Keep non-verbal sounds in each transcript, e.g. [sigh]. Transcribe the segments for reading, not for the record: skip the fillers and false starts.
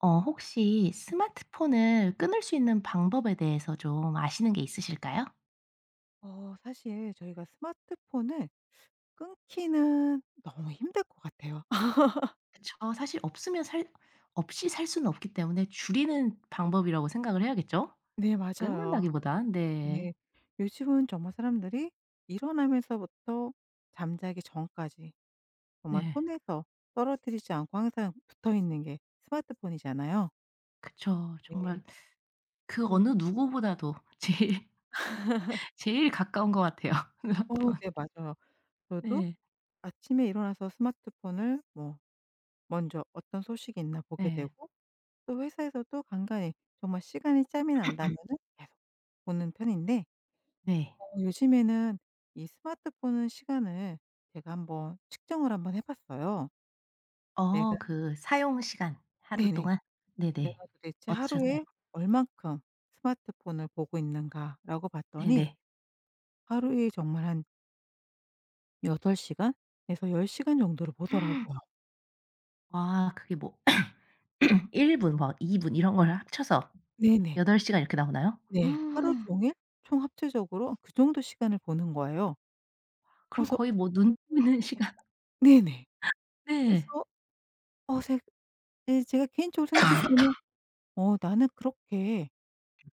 혹시 스마트폰을 끊을 수 있는 방법에 대해서 좀 아시는 게 있으실까요? 사실 저희가 스마트폰을 끊기는 너무 힘들 것 같아요. [laughs] 그쵸. 사실 없으면 살 없이 살 수는 없기 때문에 줄이는 방법이라고 생각을 해야겠죠? 네, 맞아요. 끊는다기보단. 네. 네. 요즘은 정말 사람들이 일어나면서부터 잠자기 전까지 정말 네. 손에서 떨어뜨리지 않고 항상 붙어 있는 게 스마트폰이잖아요. 그쵸. 네. 정말 그 저 어느 누구보다도 제일 [laughs] 제일 가까운 것 같아요. [laughs] 스마트폰. 네, 맞아요. 저도 네. 아침에 일어나서 스마트폰을 뭐 먼저 어떤 소식이 있나 보게 네. 되고 또 회사에서도 간간히 정말 시간이 짬이 난다면은 계속 보는 편인데 네. 요즘에는 이 스마트폰은 시간을 제가 한번 측정을 한번 해 봤어요. 내가 그 사용 시간 하루 네네. 동안? 네네. 내가 도대체 어떠셨나요? 하루에 얼만큼 스마트폰을 보고 있는가라고 봤더니 네네. 하루에 정말 한 8 시간에서 10 시간 정도를 보더라고요. [gasps] 와 그게 뭐 [clears throat] 1분뭐2분 이런 걸 합쳐서 네네. 8 시간 이렇게 나오나요? 네. 하루 음. 종일 총 합체적으로 그 정도 시간을 보는 거예요. 그럼 그래서 거의 뭐 눈 뜨는 시간. 네네. 네. 그래서 어 제 예, 제가 개인적으로 생각했을 [laughs] 때는 '어 나는 그렇게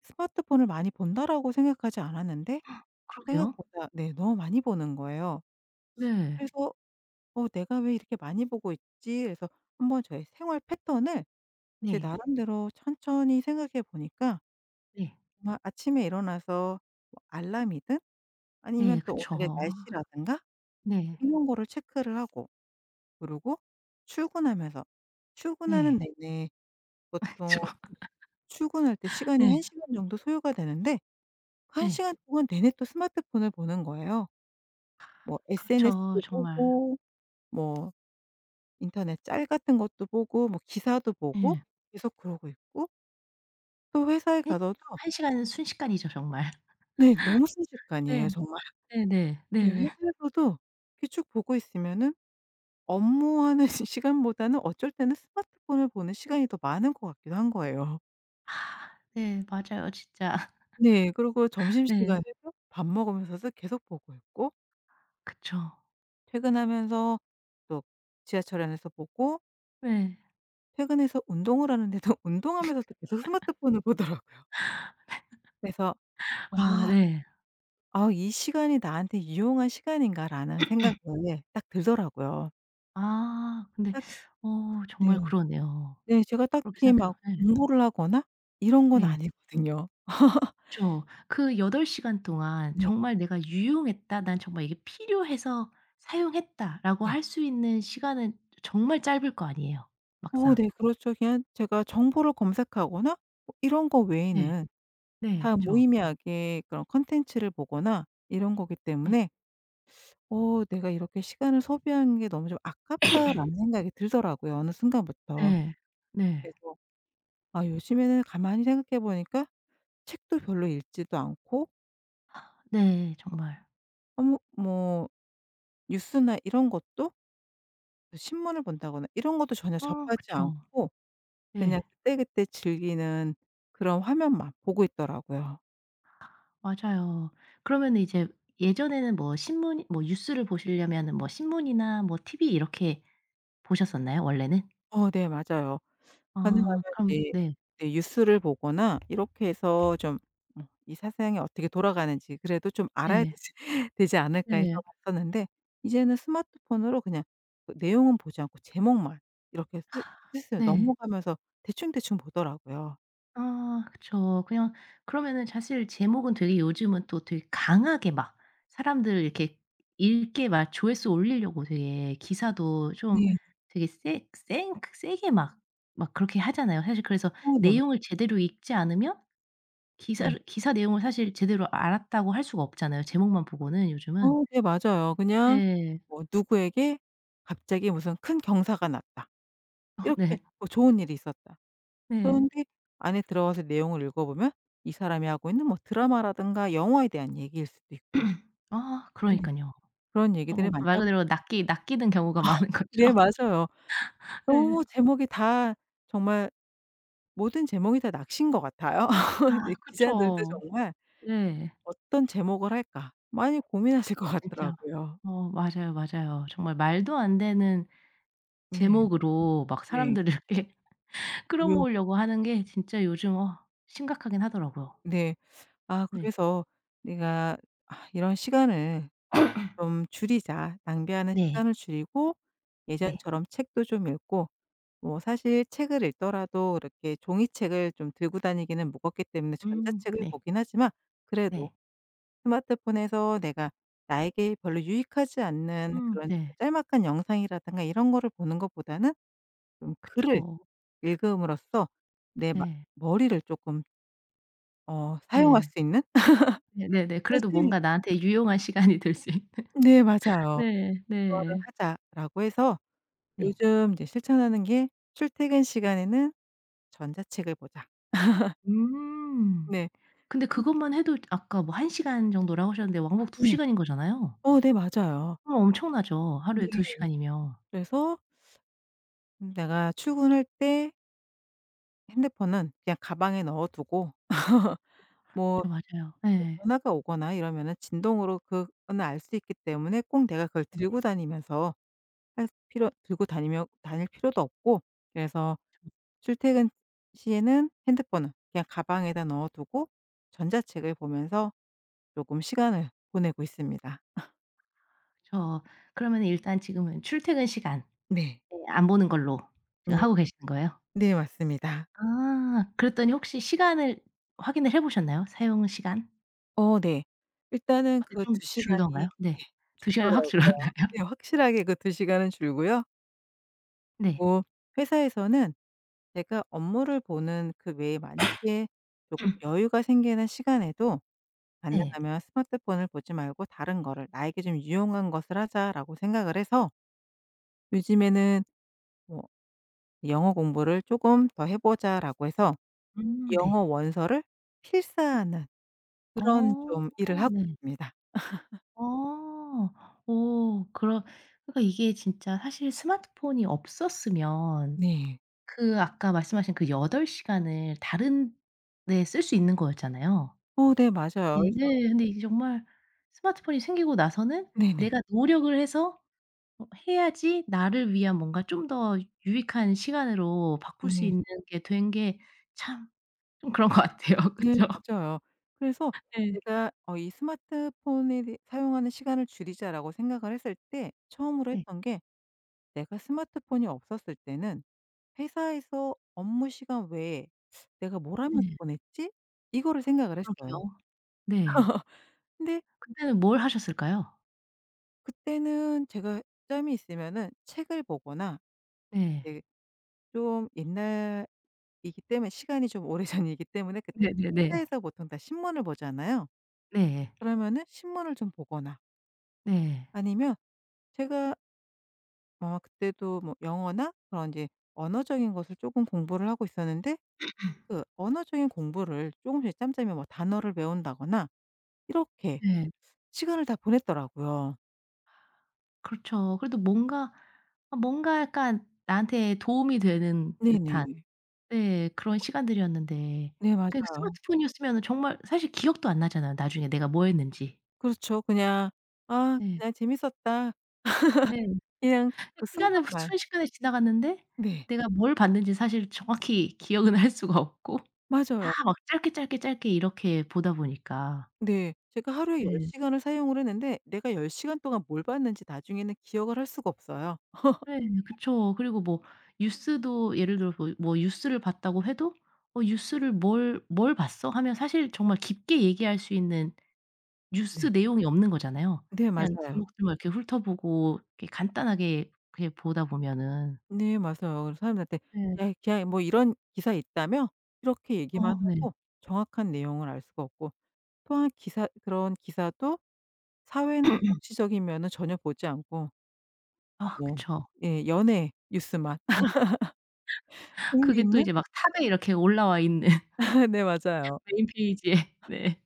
스마트폰을 많이 본다.'라고 생각하지 않았는데 그러게요. 생각보다 네, 너무 많이 보는 거예요. 음. 네. 그래서 내가 왜 이렇게 많이 보고 있지?' 그래서 한번 저의 생활 패턴을 제 네. 나름대로 천천히 생각해 보니까 네. 정말 아침에 일어나서 뭐 알람이든 아니면 네. 또 그쵸. 오늘의 아 날씨라든가 네. 이런 거를 체크를 하고 그리고 출근하면서 출근하는 네. 내내 [laughs] 보통 그쵸. 출근할 때 시간이 1 네. 시간 정도 소요가 되는데 그 1 네. 시간 동안 내내 또 스마트폰을 보는 거예요. 뭐 그렇죠. SNS도 정말. 보고 뭐 인터넷 짤 같은 것도 보고 뭐 기사도 보고 예. 계속 그러고 있고 또 회사에 한 가서도 한 시간은 순식간이죠 정말. 네, 너무 네. 순식간이에요 정말. 네 네. 네, 네. 회사에서도 이렇게 쭉 보고 있으면은 업무하는 [laughs] 시간보다는 어쩔 때는 스마트폰을 보는 시간이 더 많은 것 같기도 한 거예요. 아 네. 맞아요 진짜. 네, 그리고 [laughs] 네. 점심시간에도 밥 먹으면서도 계속 보고 있고 그쵸. 퇴근하면서 또 지하철 안에서 보고 네. 퇴근해서 운동을 하는데도 [laughs] 운동하면서도 계속 스마트폰을 보더라고요. 그래서 아 '아 네. '아 이 시간이 나한테 유용한 시간인가.'라는 생각이 예, 딱 들더라고요. 아 근데 딱 정말 네. 그러네요. 네, 제가 그렇게 딱히 생각해요. 막 네, 공부를 하거나 이런 건 네. 아니거든요. 그쵸. 그 8 시간 동안 네. 정말 '내가 유용했다. 난 정말 이게 필요해서 사용했다.'라고 네. 할 수 있는 시간은 정말 짧을 거 아니에요 [laughs] 막상. 네, 그렇죠. 그냥 제가 정보를 검색하거나 뭐 이런 거 네. 외에는 네 다 그쵸. 무의미하게 그런 콘텐츠를 보거나 이런 거기 네. 때문에 내가 이렇게 시간을 소비한 게 너무 좀 아깝다.'라는 생각이 들더라고요 어느 순간부터. 네. 네. 그래서 요즘에는 가만히 생각해 보니까 책도 별로 읽지도 않고 네 정말. 어머 뭐 뉴스나 이런 것도 그 신문을 본다거나 이런 것도 전혀 접하지 그쵸. 않고 그냥 네. 그때그때 즐기는 그런 화면만 보고 있더라고요. 맞아요. 그러면은 이제 예전에는 뭐 신문 뭐 뉴스를 보시려면은 뭐 신문이나 뭐 TV 이렇게 보셨었나요 원래는? 네, 맞아요. 가능하면 아 그럼 이제 네. 네, 뉴스를 보거나 이렇게 해서 좀 어 이 사상이 어떻게 돌아가는지 그래도 좀 알아야 네. 되지 [laughs] 되지 않을까 해서 네. 봤었는데 이제는 스마트폰으로 그냥 그 내용은 보지 않고 제목만 이렇게 스 스스로 네. 넘어가면서 대충대충 보더라고요. 아 그쵸. 그냥 그러면은 사실 제목은 되게 요즘은 또 되게 강하게 막 사람들 이렇게 읽게 막 조회수 올리려고 되게 기사도 좀 네. 되게 세 센 세게 막 그렇게 하잖아요. 사실 그래서 어 네. 맞 내용을 제대로 읽지 않으면 네. 기사 내용을 사실 제대로 알았다고 할 수가 없잖아요, 제목만 보고는 요즘은. 네, 맞아요. 그냥 네. 뭐 누구에게 갑자기 무슨 큰 경사가 났다. 어 이렇게 네. 뭐 좋은 일이 있었다. 네. 그런데 안에 들어가서 내용을 읽어보면 이 사람이 하고 있는 뭐 드라마라든가 영화에 대한 얘기일 수도 있고 [clears throat] 아 그러 네. 니까요 그런 얘기들이 정말 말 많다 보 그대로 낚이는 경우가 많은 거죠. 네, 맞아요. [laughs] 네. 너무 제목이 다 정말 모든 제목이 다 낚시인 것 같아요. [laughs] 이제 아 기자들도 그쵸. 정말 네. '어떤 제목을 할까?' 많이 고민하실 것 진짜. 같더라고요. 어 맞아요, 맞아요. 정말 말도 안 되는 네. 제목으로 막 네. 사람들을 [laughs] 이렇게 요 끌어모으려고 하는 게 진짜 요즘 심각하긴 하더라고요. 네. 네. 그래서 내가 '아 이런 시간을 좀 줄이자. 낭비하는 네. 시간을 줄이고 네. 예전처럼 책도 좀 읽고' 뭐 사실 책을 읽더라도 이렇게 종이책을 좀 들고 다니기는 무겁기 때문에 전자책을 네. 보긴 하지만 그래도 네. 스마트폰에서 내가 나에게 별로 유익하지 않는 그런 뭐 네. 짤막한 영상이라든가 이런 거를 보는 것보다는 좀 글을 그쵸. 읽음으로써 내 마 네. 머리를 조금 사용할 네. 수 있는 네네네. 그래도 사실 뭔가 나한테 유용한 시간이 될 수 있는. 네, [laughs] 맞아요. 네. 거를 네. 하자."라고 해서 네. 요즘 이제 실천하는 게 "출퇴근 시간에는 전자책을 보자." 음. 네. 근데 그것만 해도 아까 뭐 한 시간 정도라고 하셨는데 왕복 두 네. 시간인 거잖아요. 네, 맞아요. 그럼 엄청나죠. 하루에 두 네. 시간이면. 그래서 내가 출근할 때 핸드폰은 그냥 가방에 넣어 두고 [laughs] 뭐 그쵸. 맞아요. 예. 전화가 오거나 이러면은 진동으로 그거는 알 수 있기 때문에 꼭 내가 그걸 네네. 들고 다니면서 할 필요 들고 다니며 다닐 필요도 없고 그래서 출퇴근 시에는 핸드폰은 그냥 가방에다 넣어 두고 전자책을 보면서 쪼금 시간을 보내고 있습니다. 그쵸. 그러면 일단 지금은 출퇴근 시간 네. 예 안 보는 걸로 지금 네네. 하고 네, 계시는 거예요? 네, 맞습니다. 아. 그랬더니 혹시 시간을 확인을 해 보셨나요? 사용 시간? 네. 일단은 아 네, 그 좀 두 시간이 네, 줄던가요? 네. 2 시간이 확 줄었나요? 줄더라고요. 네, [laughs] 확실하게 그 두 시간은 줄고요. 네. 그리고 회사에서는 제가 업무를 보는 그 외에 만약에 쪼끔 여유가 생기는 시간에도 네. 가능하면 '스마트폰을 보지 말고 다른 거를 나에게 좀 유용한 것을 하자.'라고 생각을 해서 요즘에는 뭐 '영어 공부를 쪼금 더 해 보자.'라고 해서 네. 영어 원서를 필사하는 그런 어 좀 일을 하고 네. 있습니다. 어. 오 그러니까 이게 진짜 사실 스마트폰이 없었으면 네. 그 아까 말씀하신 그 8 시간을 다른 데 쓸 수 있는 거였잖아요. 네, 맞아요. 네. 그래서 네. 근데 이게 정말 스마트폰이 생기고 나서는 네네. 내가 노력을 해서 해야지 나를 위한 뭔가 좀 더 유익한 시간으로 바꿀 수 네. 있는 게 된 게 참 좀 그런 것 같아요. [laughs] 네, 그쵸? 맞아요. 그래서 네. 제가 이 '스마트폰에 대 사용하는 시간을 줄이자.'라고 생각을 했을 때 처음으로 네. 했던 게 내가 스마트폰이 없었을 때는 회사에서 업무 시간 외에 '내가 뭘 네. 하면서 보냈지?' 이거를 생각을 했어요. 그러게요. 네. [laughs] 근데 그때는 뭘 하셨을까요? 그때는 제가 짬이 있으면은 책을 보거나 네. 이제 좀 옛날이기 때문에 시간이 좀 오래전이기 [laughs] 때문에 그때 네네네. 회사에서 보통 다 신문을 보잖아요. 네. 그러면은 신문을 좀 보거나 네. 아니면 제가 그때도 뭐 영어나 그런 이제 언어적인 것을 조금 공부를 하고 있었는데 그 언어적인 공부를 조금씩 짬짬이 뭐 단어를 배운다거나 이렇게 네. 시간을 다 보냈더라고요. 그렇죠. 그래도 뭔가 약간 나한테 도움이 되는 듯한 네네. 네 그런 시간들이었는데 네, 그 맞아요. 스마트폰이었으면은 정말 사실 기억도 안 나잖아요, 나중에 내가 뭐 했는지. 그렇죠. 그냥 '아 네. 그냥 재밌었다.' 네. 그냥 그 그 시간은 순간만. 순식간에 지나갔는데 네. 내가 뭘 봤는지 사실 정확히 기억은 할 수가 없고 다 맞아요. 막 짧게, 짧게, 짧게 이렇게 보다 보니까. 네. 제가 하루에 10 네. 시간을 사용을 했는데 내가 10 시간 동안 뭘 봤는지 나중에는 기억을 할 수가 없어요. 네. 네, 그쵸. 그리고 뭐 뉴스도 예를 들어 뭐 뉴스를 봤다고 해도 "어 뉴스를 뭘 봤어?" 하면 사실 정말 깊게 얘기할 수 있는 뉴스 네. 내용이 없는 거잖아요. 네, 그냥 맞아요. 제목들만 이렇게 훑어보고 이렇게 간단하게 그냥 보다 보면은. 네, 맞아요. 그래서 사람들한테 네. "야 그냥 뭐 이런 기사 있다며?" 이렇게 얘기만 어 네. 하고 정확한 내용을 알 수가 없고 또한 기사 그런 기사도 사회나 [clears throat] 정치적인 면은 전혀 보지 않고 아 뭐 그쵸. 예, 연예 뉴스만 네. [laughs] 흥미 그게 또 있는? 이제 막 탑에 이렇게 올라와 있는 [laughs] 네, 맞아요. 메인 페이지에. 네.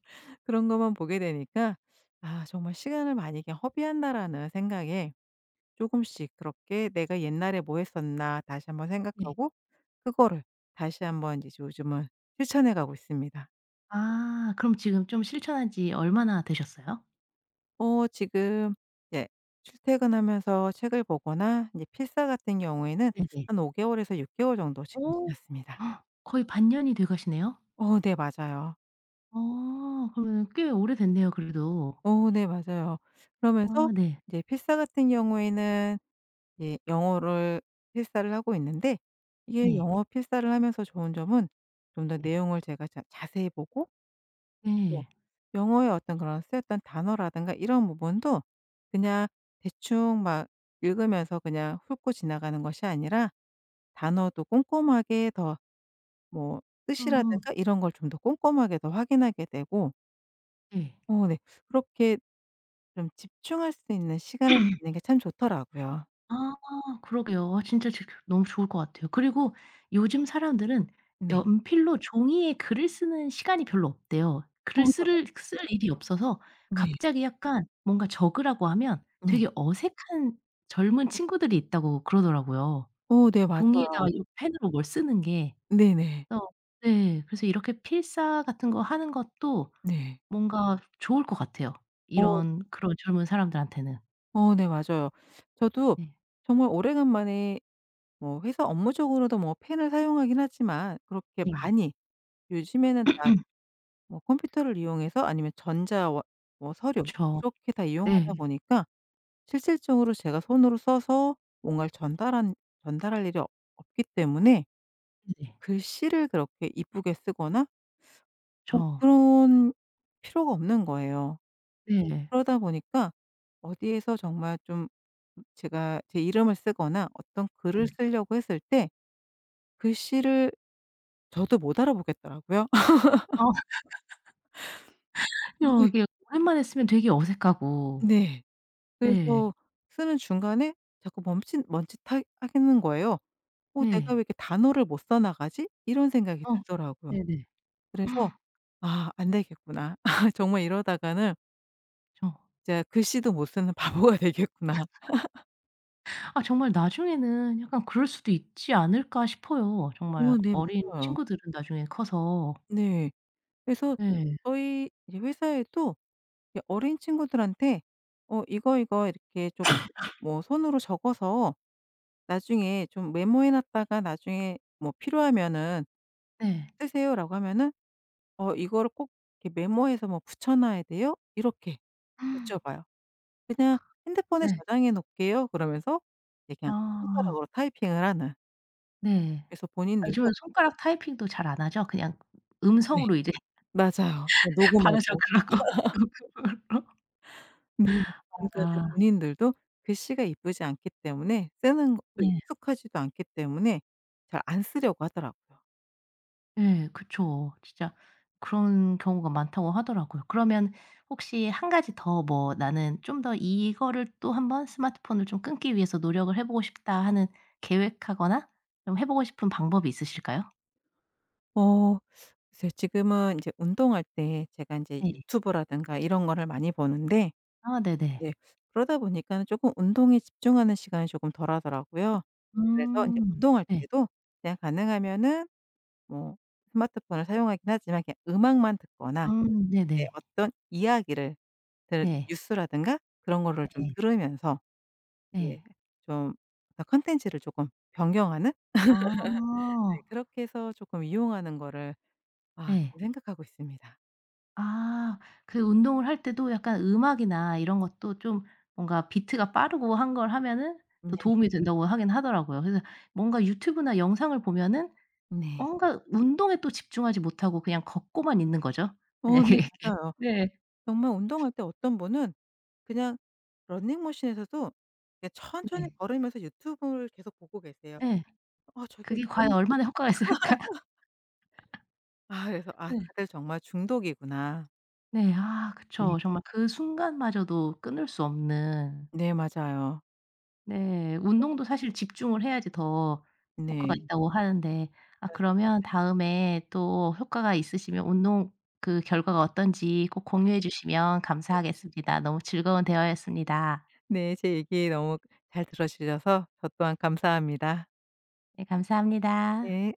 그런 것만 보게 되니까 '아 정말 시간을 많이 그냥 허비한다.'라는 생각에 조금씩 그렇게 '내가 옛날에 뭐 했었나.' 다시 한번 네. 생각하고 그거를 다시 한번 이제 요즘은 실천해 가고 있습니다. 아 그럼 지금 좀 실천한 지 얼마나 되셨어요? 지금 이제 출퇴근하면서 책을 보거나 이제 필사 같은 경우에는 네네. 한 5 개월에서 6 개월 정도 지금 어 지났습니다. 거의 반년이 돼 가시네요? 네, 맞아요. 그러면 꽤 오래됐네요 그래도. 네, 맞아요. 그러면서 아 네. 이제 필사 같은 경우에는 이제 영어를 필사를 하고 있는데 이게 예. 영어 필사를 하면서 좋은 점은 좀 더 네. 내용을 제가 자세히 보고 또 네. 영어의 어떤 그런 쓰였던 단어라든가 이런 부분도 그냥 대충 막 읽으면서 그냥 훑고 지나가는 것이 아니라 단어도 꼼꼼하게 더 뭐 음 뜻이라든가 이런 걸 좀 더 꼼꼼하게 더 확인하게 되고 네. 네. 그렇게 좀 집중할 수 있는 시간을 갖는 게 참 좋더라고요. 아 그러게요. 아 진짜 지 너무 좋을 것 같아요. 그리고 요즘 사람들은 네. 어 연필로 종이에 글을 쓰는 시간이 별로 없대요. 글을 쓸 [unintelligible] 쓸 일이 없어서 네. 갑자기 약간 뭔가 적으라고 하면 네. 되게 어색한 젊은 친구들이 있다고 그러더라고요. 네, 맞아요. 종이에다가 이 펜으로 뭘 쓰는 게. 네네. 그래서 네 그래서 이렇게 필사 같은 거 하는 것도 네. 뭔가 좋을 것 같아요. 어 이런 그런 젊은 사람들한테는. 네, 맞아요. 저도 네. 정말 오래간만에 뭐 회사 업무적으로도 뭐 펜을 사용하긴 하지만 그렇게 네. 많이 요즘에는 다 뭐 컴퓨터를 이용해서 아니면 전자 워 뭐 서류 그쵸. 이렇게 다 이용하다 네. 보니까 실질적으로 제가 손으로 써서 뭔가를 전달한 전달할 일이 없기 때문에 네네. 글씨를 그렇게 이쁘게 쓰거나 그쵸. 뭐 그런 필요가 없는 거예요. 네. 그러다 보니까 어디에서 정말 좀 제가 제 이름을 쓰거나 어떤 글을 네. 쓰려고 했을 때 글씨를 저도 못 알아보겠더라고요. 아 맞아요. 예. [laughs] 이게 오랜만에 쓰면 되게 어색하고. 네. 네. 그래서 쓰는 중간에 자꾸 멈칫 멈칫하 하겠는 거예요. 내가 네. 왜 이렇게 단어를 못 써 나가지?' 이런 생각이 어. 들더라고요. 네네. 그래서 [gasps] '아 안 되겠구나. [laughs] 정말 이러다가는 그쵸. 진짜 글씨도 못 쓰는 [laughs] 바보가 되겠구나.' 아 정말 나중에는 약간 그럴 수도 있지 않을까 싶어요. 정말 네. 맞아요. 어린 친구들은 나중에 커서. 네. 그래서 네. 저희 이제 회사에도 이제 어린 친구들한테 이거, 이거 이렇게 좀 뭐 손으로 적어서 나중에 좀 메모해 놨다가 나중에 뭐 "필요하면은 네. 쓰세요."라고 하면은 이거를 꼭 이렇게 메모해서 뭐 붙여 놔야 돼요?" 이렇게 네. [gasps] 여쭤봐요. "그냥 핸드폰에 저장해 놓을게요." 그러면서 이제 그냥 아 손가락으로 타이핑을 하는. 네. 그래서 본인들도 요즘은 손가락 타이핑도 잘 안 하죠? 그냥 네. 음성으로 이제 맞아요. 네, 녹음하고. 받으셨더라고 으로 [laughs] 네. 그러니까 아 본인들도 글씨가 이쁘지 않기 때문에 쓰는 것도 네. 익숙하지도 않기 때문에 잘 안 쓰려고 하더라고요. 예 그쵸. 진짜 그런 경우가 많다고 하더라고요. 그러면 혹시 한 가지 더 뭐 '나는 좀 더 이거를 또 한번 스마트폰을 좀 끊기 위해서 노력을 해 보고 싶다.' 하는, 계획하거나 좀 해 보고 싶은 방법이 있으실까요? 어 글쎄요. 지금은 이제 운동할 때 제가 이제 네. 유튜브라든가 이런 거를 많이 보는데 아 네네. 네, 그러다 보니까는 금 운동에 집중하는 시간이 조금 덜하더라고요. 그래서 이제 음. 운동할 네. 때도 그냥 가능하면은 뭐 스마트폰을 사용하긴 하지만 그냥 음악만 듣거나 네, 네네. 어떤 이야기를 들 네. 뉴스라든가 그런 거를 좀 네. 들으면서 네. 네, 좀 어떤 텐츠를 조금 변경하는 아. 네, 그렇게 해서 조금 이용하는 거를 네. 지금 생각하고 있습니다. 아. 그 운동을 할 때도 약간 음악이나 이런 것도 좀 뭔가 비트가 빠르고 한 걸 하면은 네. 더 도움이 된다고 하긴 하더라고요. 그래서 뭔가 유튜브나 영상을 보면은 네. 뭔가 운동에 또 집중하지 못하고 그냥 걷고만 있는 거죠. [laughs] 만약에 네, 이게 맞아요. 네. 정말 운동할 때 어떤 분은 그냥 러닝머신에서도 그냥 천천히 네. 걸으면서 유튜브를 계속 보고 계세요. 예. 아 저게 그게 과연 운동이 되 얼마나 효과가 있을까? [laughs] 아 그래서 '아 네. 다들 정말 중독이구나.' 네. 아 네. 그쵸. 정말 그 순간마저도 끊을 수 없는. 네, 맞아요. 네. 운동도 사실 집중을 해야지 더 네. 효과가 음. 있다고 하는데 아 아 그러면 다음에 또 효과가 있으시면 운동 그 결과가 어떤지 꼭 공유해 주시면 네. 감사하겠습니다. 너무 즐거운 대화였습니다. 네, 제 얘기 너무 잘 들어 주셔서 저 또한 감사합니다. 네 감사합니다. 네.